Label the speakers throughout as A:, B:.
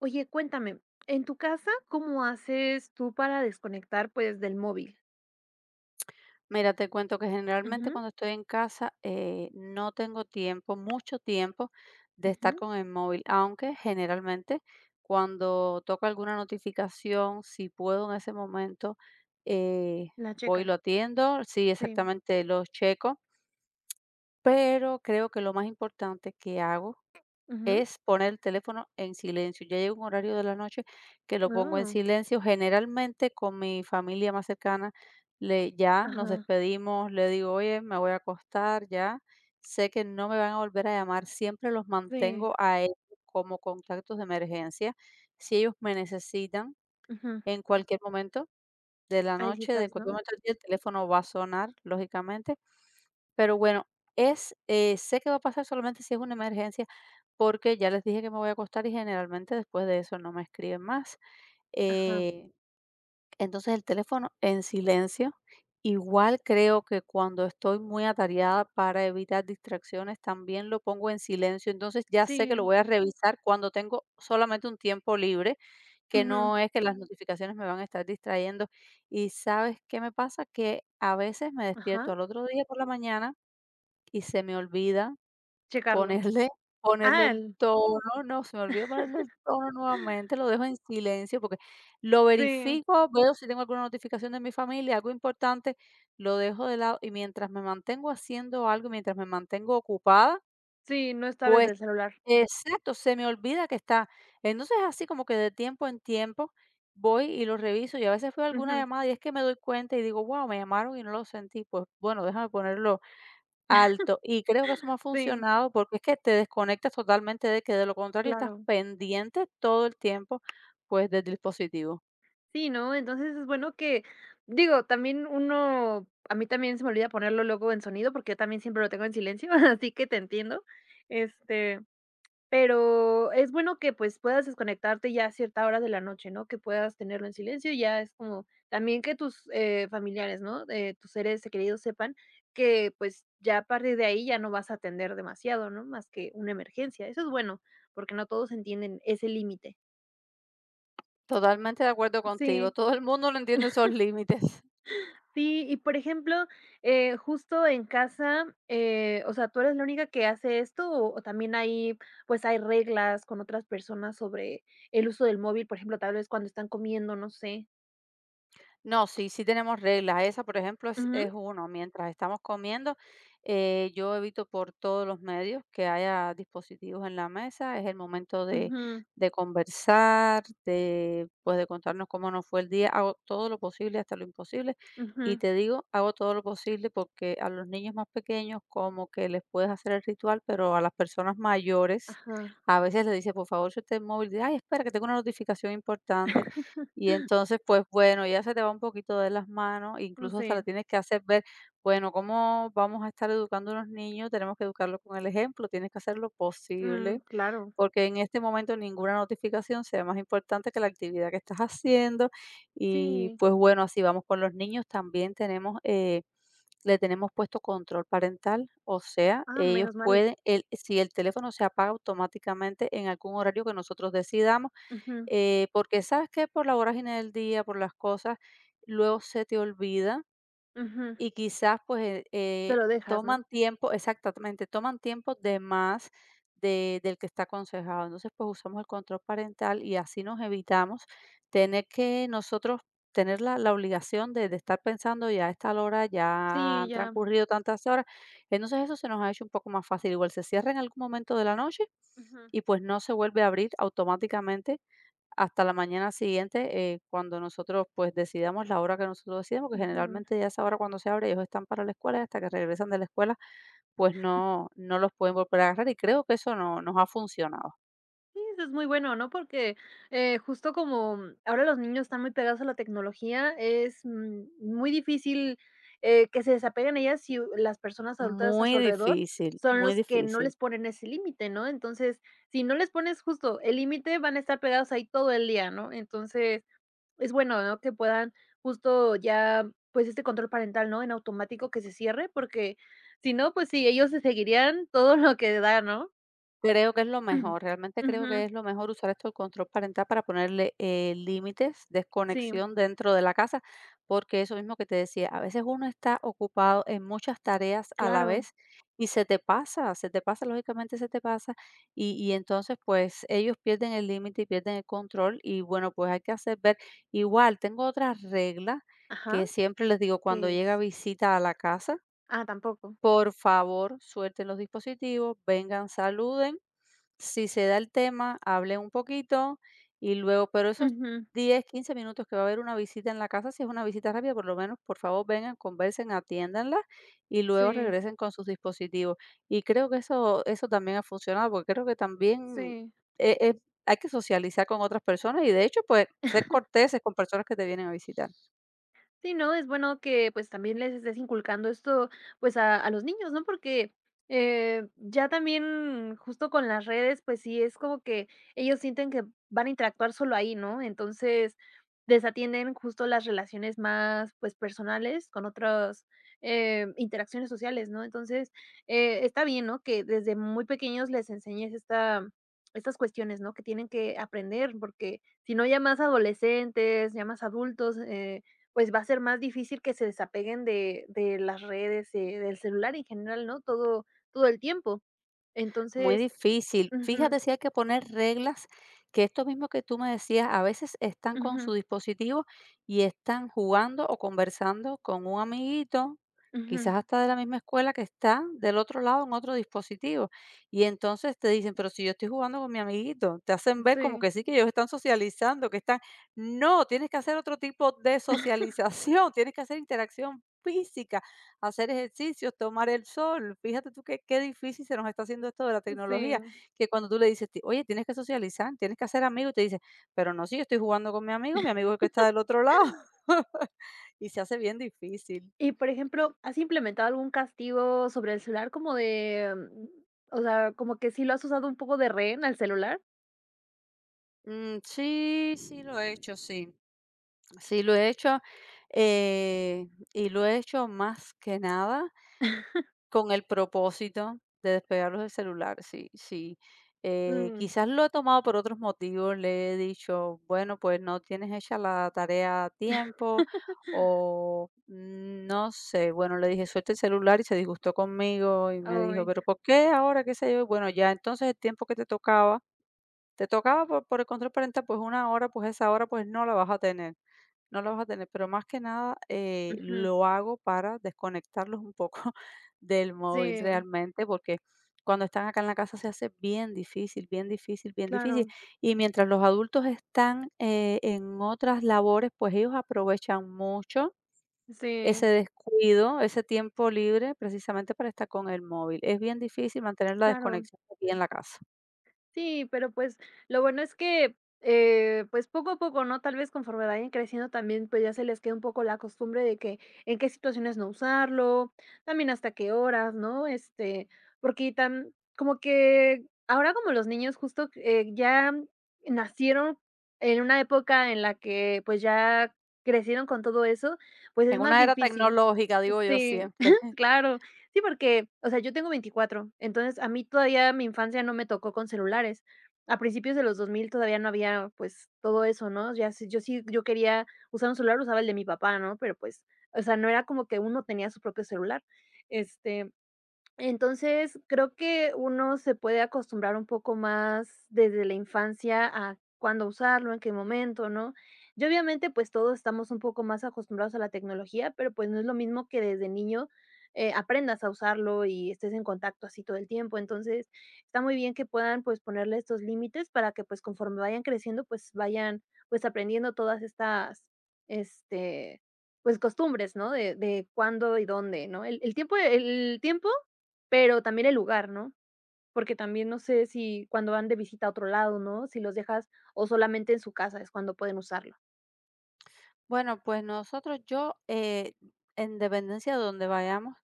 A: Oye, cuéntame, en tu casa, ¿cómo haces tú para desconectar, pues, del móvil?
B: Mira, te cuento que generalmente
A: Ujú,
B: cuando estoy en casa no tengo mucho tiempo de estar
A: ujú,
B: con el móvil, aunque generalmente cuando toca alguna notificación, si puedo en ese momento, eh,
A: la
B: voy y
A: checas,
B: lo atiendo, sí,
A: sí,
B: exactamente lo checo, pero creo que lo más importante que hago
A: ujú,
B: es poner el teléfono en silencio. Ya llega un horario de la noche que lo pongo en
A: ah,
B: silencio. Generalmente con mi familia más cercana ya nos
A: ajá,
B: despedimos, le digo, oye, me voy a acostar ya. Sé que no me van a volver a llamar. Siempre los
A: sí,
B: mantengo a ellos como contactos de emergencia. Si ellos me necesitan
A: ujú,
B: en cualquier momento de la
A: ahí sí
B: noche, de en
A: estás,
B: cualquier
A: ¿no?
B: momento del día, el teléfono va a sonar, lógicamente. Pero bueno, es sé que va a pasar solamente si es una emergencia, porque ya les dije que me voy a acostar y generalmente después de eso no me escriben más.
A: Ajá,
B: Eh, entonces el teléfono en silencio. Igual creo que cuando estoy muy atareada para evitar distracciones, también lo pongo en silencio. Entonces ya sé
A: sí,
B: que lo voy a revisar cuando tengo solamente un tiempo libre, que
A: ujú,
B: no es que las notificaciones me van a estar distrayendo. Y ¿sabes qué me pasa? Que a veces me
A: ajá,
B: despierto al otro día por la mañana y se me olvida
A: checarlo.
B: ponerle ponerle
A: Ah,
B: el
A: el
B: tono, no, se me olvida ponerle el tono nuevamente, lo dejo en silencio porque lo
A: sí,
B: verifico, veo si tengo alguna notificación de mi familia, algo importante, lo dejo de lado y mientras me mantengo haciendo algo, mientras me mantengo ocupada,
A: sí, no está desde
B: pues
A: el celular.
B: exacto, se me olvida que está. Entonces, así como que de tiempo en tiempo voy y lo reviso y a veces fue alguna
A: Ujú,
B: llamada y es que me doy cuenta y digo: "Wow, me llamaron y no lo sentí". Pues bueno, déjame ponerlo alto, y creo que eso me ha
A: sí,
B: funcionado porque es que te desconectas totalmente, de que de lo contrario estás
A: claro.
B: pendiente todo el tiempo, pues, del dispositivo.
A: Sí, ¿no? Entonces es bueno que, digo, también uno, a mí también se me olvida ponerlo luego en sonido porque yo también siempre lo tengo en silencio, así que te entiendo. Este, pero es bueno que pues puedas desconectarte ya a cierta hora de la noche, ¿no? Que puedas tenerlo en silencio, ya es como también que tus familiares, ¿no? Tus seres queridos sepan que pues ya a partir de ahí ya no vas a atender demasiado, ¿no? Más que una emergencia. Eso es bueno, porque no todos entienden ese límite.
B: Totalmente de acuerdo contigo,
A: Sí.
B: todo el mundo no entiende esos límites.
A: Sí, y por ejemplo, justo en casa, o sea, ¿tú eres la única que hace esto o también pues hay reglas con otras personas sobre el uso del móvil, por ejemplo, tal vez cuando están comiendo, no sé?
B: No, sí, sí tenemos reglas. Esa, por ejemplo,
A: Ujú,
B: es uno. Mientras estamos comiendo, yo evito por todos los medios que haya dispositivos en la mesa. Es el momento
A: ujú,
B: de conversar, de, pues, de contarnos cómo nos fue el día. Hago todo lo posible hasta lo imposible. Y
A: ujú,
B: te digo, hago todo lo posible porque a los niños más pequeños como que les puedes hacer el ritual, pero a las personas mayores
A: ajá.
B: a veces les dice, por favor, suelte el móvil. Ay, espera, que tengo una notificación importante y entonces, pues bueno, ya se te va un poquito de las manos, incluso hasta le
A: Sí,
B: tienes que hacer ver, bueno, ¿cómo vamos a estar educando a unos niños? Tenemos que educarlos con el ejemplo, tienes que hacer lo
A: mm,
B: posible,
A: claro,
B: porque en este momento ninguna notificación sea más importante que la actividad que estás haciendo. Y
A: sí,
B: pues bueno, así vamos con los niños. También tenemos, le tenemos puesto control parental, o sea,
A: ah, menos mal,
B: si el teléfono se apaga automáticamente en algún horario que nosotros decidamos,
A: ujú,
B: porque sabes que por la vorágine del día, por las cosas, luego se te olvida
A: ujú,
B: y quizás pues
A: te lo dejas, ¿no?
B: toman tiempo, exactamente, toman tiempo de más del que está aconsejado. Entonces pues usamos el control parental y así nos evitamos tener que nosotros tener la obligación de estar pensando ya a esta hora, ya
A: Sí,
B: han
A: ya,
B: transcurrido tantas horas. Entonces eso se nos ha hecho un poco más fácil. Igual se cierra en algún momento de la noche
A: ujú,
B: y pues no se vuelve a abrir automáticamente hasta la mañana siguiente, cuando nosotros, pues, decidamos la hora que nosotros decidamos, que
A: ujú.
B: generalmente ya esa hora cuando se abre ellos están para la escuela y hasta que regresan de la escuela, pues no los pueden volver a agarrar y creo que eso no nos ha funcionado.
A: Sí, eso es muy bueno, ¿no? Porque, justo como ahora los niños están muy pegados a la tecnología, es, muy difícil, que se desapeguen ella si las personas adultas a su
B: Muy
A: alrededor
B: difícil,
A: son
B: muy
A: los que no
B: difícil.
A: les ponen ese límite, ¿no? Entonces, si no les pones justo el límite, van a estar pegados ahí todo el día, ¿no? Entonces, es bueno, ¿no? Que puedan justo ya, pues, este control parental, ¿no? En automático que se cierre, porque si no, pues sí, ellos se seguirían todo lo que da, ¿no?
B: Creo que es lo mejor, realmente creo que
A: Ujú,
B: es lo mejor usar esto el control parental para ponerle, límites,
A: sí.
B: desconexión dentro de la casa, porque eso mismo que te decía, a veces uno está ocupado en muchas tareas a la
A: Claro,
B: vez y se te pasa, lógicamente se te pasa, y entonces, pues, ellos pierden el límite y pierden el control y, bueno, pues, hay que hacer ver. Igual, tengo otra regla
A: ajá,
B: que siempre les digo cuando
A: ¿qué
B: llega
A: es?
B: visita a la casa:
A: Ah, tampoco.
B: "Por favor, suelten los dispositivos, vengan, saluden". Si se da el tema, hablen un poquito y luego, pero esos
A: Ujú,
B: 10, 15 minutos que va a haber una visita en la casa, si es una visita rápida, por lo menos, por favor, vengan, conversen, atiéndanla y luego
A: sí,
B: regresen con sus dispositivos. Y creo que eso también ha funcionado, porque creo que también
A: sí,
B: eh, eh, hay que socializar con otras personas y de hecho, pues, ser corteses con personas que te vienen a visitar.
A: Sí, ¿no? Es bueno que, pues, también les estés inculcando esto, pues, a los niños, ¿no? Porque, ya también justo con las redes, pues sí, es como que ellos sienten que van a interactuar solo ahí, ¿no? Entonces, desatienden justo las relaciones más, pues, personales con otras, interacciones sociales, ¿no? Entonces, está bien, ¿no? Que desde muy pequeños les enseñes estas cuestiones, ¿no? Que tienen que aprender, porque si no, ya más adolescentes, ya más adultos, pues, va a ser más difícil que se desapeguen de las redes, del celular en general, ¿no? Todo todo el tiempo.
B: Muy
A: Entonces
B: difícil.
A: ujú,
B: Fíjate si hay que poner reglas, que esto mismo que tú me decías, a veces están con
A: ujú,
B: su dispositivo y están jugando o conversando con un amiguito, quizás
A: ujú.
B: hasta de la misma escuela que está del otro lado en otro dispositivo. Y entonces te dicen, pero si yo estoy jugando con mi amiguito, te hacen ver como
A: Sí,
B: que sí, que ellos están socializando, que están... No, tienes que hacer otro tipo de socialización, tienes que hacer interacción física, hacer ejercicios, tomar el sol. Fíjate tú qué difícil se nos está haciendo esto de la tecnología,
A: sí.
B: que cuando tú le dices, oye, tienes que socializar, tienes que hacer amigos, y te dice, pero no, sí, yo estoy jugando con mi amigo es el que está del otro lado. Y se hace bien difícil.
A: Y, por ejemplo, ¿has implementado algún castigo sobre el celular como de, o sea, como que sí lo has usado un poco de rehén al celular?
B: Mm, sí, sí lo he hecho, sí. Sí lo he hecho. eh, y lo he hecho más que nada con el propósito de despegarlos del celular, sí, sí.
A: Mm,
B: Quizás lo he tomado por otros motivos, le he dicho: "Bueno, pues no tienes hecha la tarea a tiempo", o mm, no sé, bueno, le dije: "Suelta el celular", y se disgustó conmigo y me dijo:
A: ay,
B: "¿Pero por qué ahora?", qué sé yo. Bueno, ya entonces el tiempo que te tocaba por el control parental, pues una hora, pues esa hora, pues no la vas a tener. No la vas a tener, pero más que nada,
A: ujú.
B: lo hago para desconectarlos un poco del móvil
A: Sí,
B: realmente, porque cuando están acá en la casa se hace bien difícil, bien difícil, bien difícil.
A: claro.
B: Y mientras los adultos están en otras labores, pues ellos aprovechan mucho
A: Sí,
B: ese descuido, ese tiempo libre, precisamente para estar con el móvil. Es bien difícil mantener la
A: claro.
B: desconexión aquí en la casa.
A: Sí, pero, pues, lo bueno es que, pues, poco a poco, ¿no? Tal vez conforme vayan creciendo también, pues, ya se les queda un poco la costumbre de que en qué situaciones no usarlo, también hasta qué horas, ¿no? Este, porque tan como que ahora como los niños justo, ya nacieron en una época en la que, pues, ya crecieron con todo eso, pues, es
B: En
A: más
B: una era
A: difícil.
B: tecnológica, digo yo
A: Sí,
B: siempre.
A: claro. Sí, porque, o sea, yo tengo 24, entonces a mí todavía mi infancia no me tocó con celulares. A principios de los 2000 todavía no había, pues, todo eso, ¿no? Ya sí, yo sí, yo quería usar un celular, usaba el de mi papá, ¿no? Pero, pues, o sea, no era como que uno tenía su propio celular. Este, entonces, creo que uno se puede acostumbrar un poco más desde la infancia a cuándo usarlo, en qué momento, ¿no? Y obviamente, pues todos estamos un poco más acostumbrados a la tecnología, pero pues no es lo mismo que desde niño aprendas a usarlo y estés en contacto así todo el tiempo. Entonces, está muy bien que puedan pues ponerle estos límites para que pues conforme vayan creciendo, pues vayan pues aprendiendo todas estas, este, pues costumbres, ¿no? De cuándo y dónde, ¿no? El tiempo pero también el lugar, ¿no? Porque también no sé si cuando van de visita a otro lado, ¿no? Si los dejas o solamente en su casa es cuando pueden usarlo.
B: Bueno, pues nosotros yo, en dependencia de donde vayamos,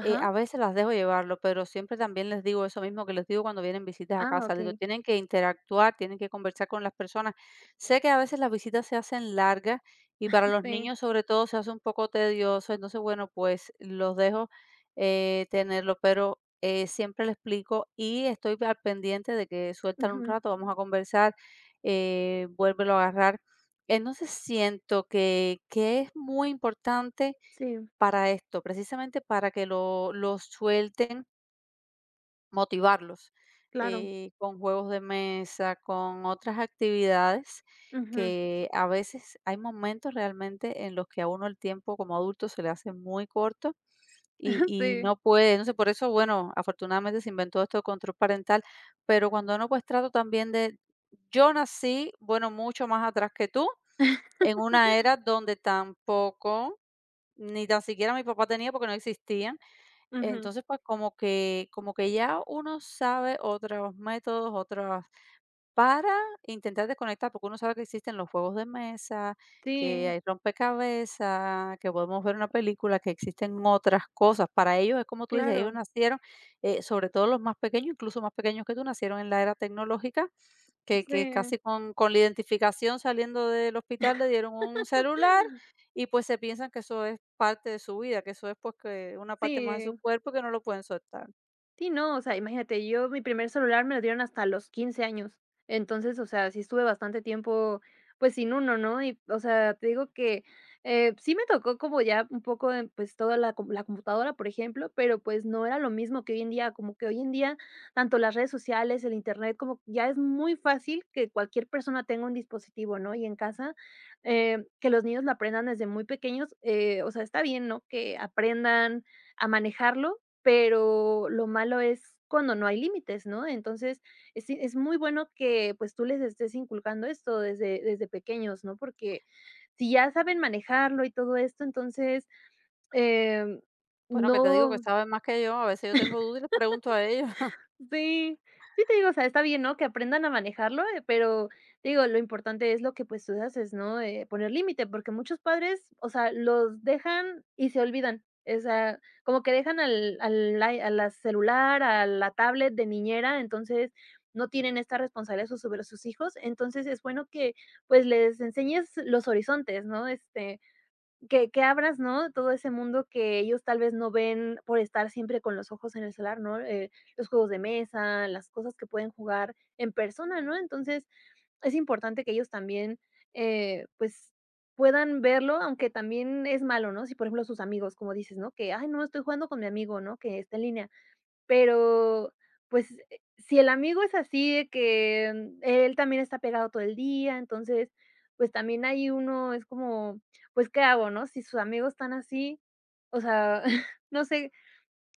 B: a veces las dejo llevarlo, pero siempre también les digo eso mismo que les digo cuando vienen visitas a
A: Ah,
B: casa. Digo,
A: okey.
B: tienen que interactuar, tienen que conversar con las personas. Sé que a veces las visitas se hacen largas y para los
A: Sí.
B: niños sobre todo se hace un poco tedioso, entonces bueno, pues los dejo tenerlo, pero siempre les explico y estoy al pendiente de que sueltan un
A: Ujú.
B: rato, vamos a conversar, vuélvelo a agarrar, entonces siento que es muy importante
A: Sí,
B: para esto, precisamente para que lo suelten, motivarlos,
A: claro.
B: con juegos de mesa, con otras actividades,
A: Ujú.
B: que a veces hay momentos realmente en los que a uno el tiempo como adulto se le hace muy corto y y
A: Sí.
B: no puede. Entonces, por eso, bueno, afortunadamente se inventó esto de control parental, pero cuando no, pues trato también de, yo nací, bueno, mucho más atrás que tú, en una era donde tampoco, ni tan siquiera mi papá tenía porque no existían.
A: Ujú.
B: Entonces, pues como que ya uno sabe otros métodos, otras, para intentar desconectar, porque uno sabe que existen los juegos de mesa, que
A: Sí,
B: hay rompecabezas, que podemos ver una película, que existen otras cosas. Para ellos es como tú dices, ellos
A: claro.
B: nacieron, sobre todo los más pequeños, incluso más pequeños que tú, nacieron en la era tecnológica, que
A: Sí,
B: casi con la identificación saliendo del hospital le dieron un celular y, pues, se piensan que eso es parte de su vida, que eso es, pues, que una parte más de su
A: sí.
B: cuerpo que no lo pueden soltar.
A: Sí, no, o sea, imagínate, yo mi primer celular me lo dieron hasta los 15 años. Entonces, o sea, sí estuve bastante tiempo, pues, sin uno, ¿no? Y, o sea, te digo que, sí me tocó como ya un poco, pues, toda la computadora, por ejemplo, pero, pues, no era lo mismo que hoy en día, como que hoy en día, tanto las redes sociales, el Internet, como ya es muy fácil que cualquier persona tenga un dispositivo, ¿no? Y en casa, que los niños lo aprendan desde muy pequeños, o sea, está bien, ¿no? Que aprendan a manejarlo, pero lo malo es cuando no hay límites, ¿no? Entonces, es muy bueno que, pues, tú les estés inculcando esto desde pequeños, ¿no? Porque si ya saben manejarlo y todo esto, entonces, em,
B: Bueno, que te digo que
A: no.
B: saben más que yo, a veces yo tengo dudas y les pregunto a ellos.
A: Sí, sí te digo, o sea, está bien, ¿no? Que aprendan a manejarlo, pero te digo, lo importante es lo que pues tú haces, ¿no? Poner límite, porque muchos padres, o sea, los dejan y se olvidan. O sea, como que dejan a la celular, a la tablet de niñera, entonces no tienen esta responsabilidad sobre sus hijos. Entonces es bueno que pues les enseñes los horizontes, ¿no? Este, que abras, ¿no?, todo ese mundo que ellos tal vez no ven por estar siempre con los ojos en el celular, ¿no? Los juegos de mesa, las cosas que pueden jugar en persona, ¿no? Entonces, es importante que ellos también, pues, puedan verlo, aunque también es malo, ¿no? Si, por ejemplo, sus amigos, como dices, ¿no? Que: "Ay, no, estoy jugando con mi amigo", ¿no? Que está en línea. Pero, pues, si el amigo es así de que, él también está pegado todo el día, entonces, pues, también ahí uno es como, pues, ¿qué hago, no? Si sus amigos están así, o sea, no sé,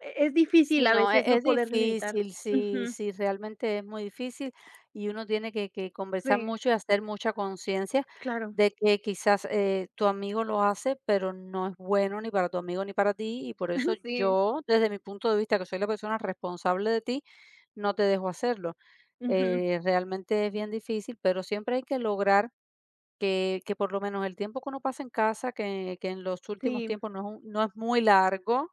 A: es difícil
B: Sí,
A: a
B: no,
A: veces no
B: es
A: poder limitar.
B: difícil, sí,
A: Ujú,
B: sí, realmente es muy difícil y uno tiene que conversar
A: sí,
B: mucho y hacer mucha conciencia
A: claro,
B: de que quizás, tu amigo lo hace, pero no es bueno ni para tu amigo ni para ti, y por eso
A: sí,
B: yo, desde mi punto de vista, que soy la persona responsable de ti, no te dejo hacerlo.
A: ujú,
B: Realmente es bien difícil, pero siempre hay que lograr que por lo menos el tiempo que uno pasa en casa, que en los últimos
A: sí,
B: tiempos no es muy largo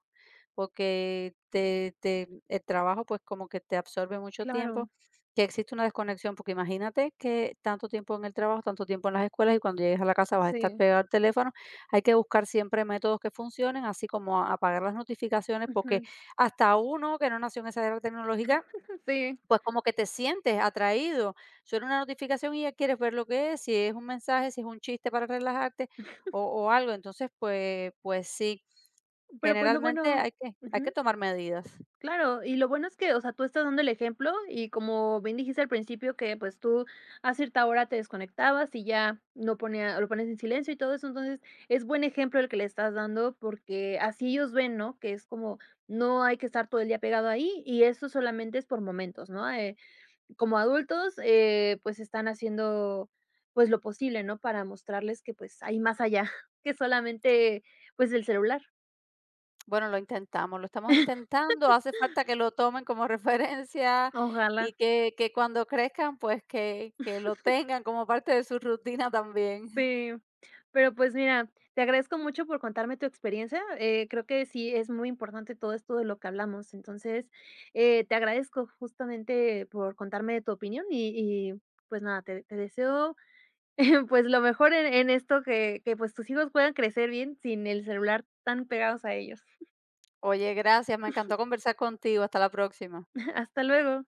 B: porque te te el trabajo, pues, como que te absorbe mucho
A: claro,
B: tiempo, que existe una desconexión, porque imagínate que tanto tiempo en el trabajo, tanto tiempo en las escuelas, y cuando llegues a la casa vas a estar
A: sí,
B: pegado al teléfono. Hay que buscar siempre métodos que funcionen, así como apagar las notificaciones, porque
A: ujú,
B: hasta uno que no nació en esa era tecnológica,
A: sí,
B: pues, como que te sientes atraído. Suena una notificación y ya quieres ver lo que es, si es un mensaje, si es un chiste para relajarte o algo. Entonces, pues sí.
A: pero, pues, lo
B: Generalmente
A: bueno
B: hay que
A: ujú.
B: tomar medidas.
A: Claro, y lo bueno es que, o sea, tú estás dando el ejemplo y como bien dijiste al principio que pues tú a cierta hora te desconectabas y ya no ponía, lo pones en silencio y todo eso, entonces es buen ejemplo el que le estás dando porque así ellos ven, ¿no? Que es como no hay que estar todo el día pegado ahí y eso solamente es por momentos, ¿no? Como adultos, pues están haciendo pues lo posible, ¿no? Para mostrarles que pues hay más allá que solamente pues el celular.
B: Bueno, lo intentamos, lo estamos intentando, hace falta que lo tomen como referencia
A: Ojalá.
B: y que cuando crezcan, pues, que lo tengan como parte de su rutina también.
A: Sí, pero pues mira, te agradezco mucho por contarme tu experiencia. Creo que sí es muy importante todo esto de lo que hablamos. Entonces, te agradezco justamente por contarme tu opinión y, pues nada, te deseo pues lo mejor en esto, que pues tus hijos puedan crecer bien sin el celular tan pegados a ellos.
B: Oye, gracias, me encantó conversar contigo, hasta la próxima.
A: Hasta luego.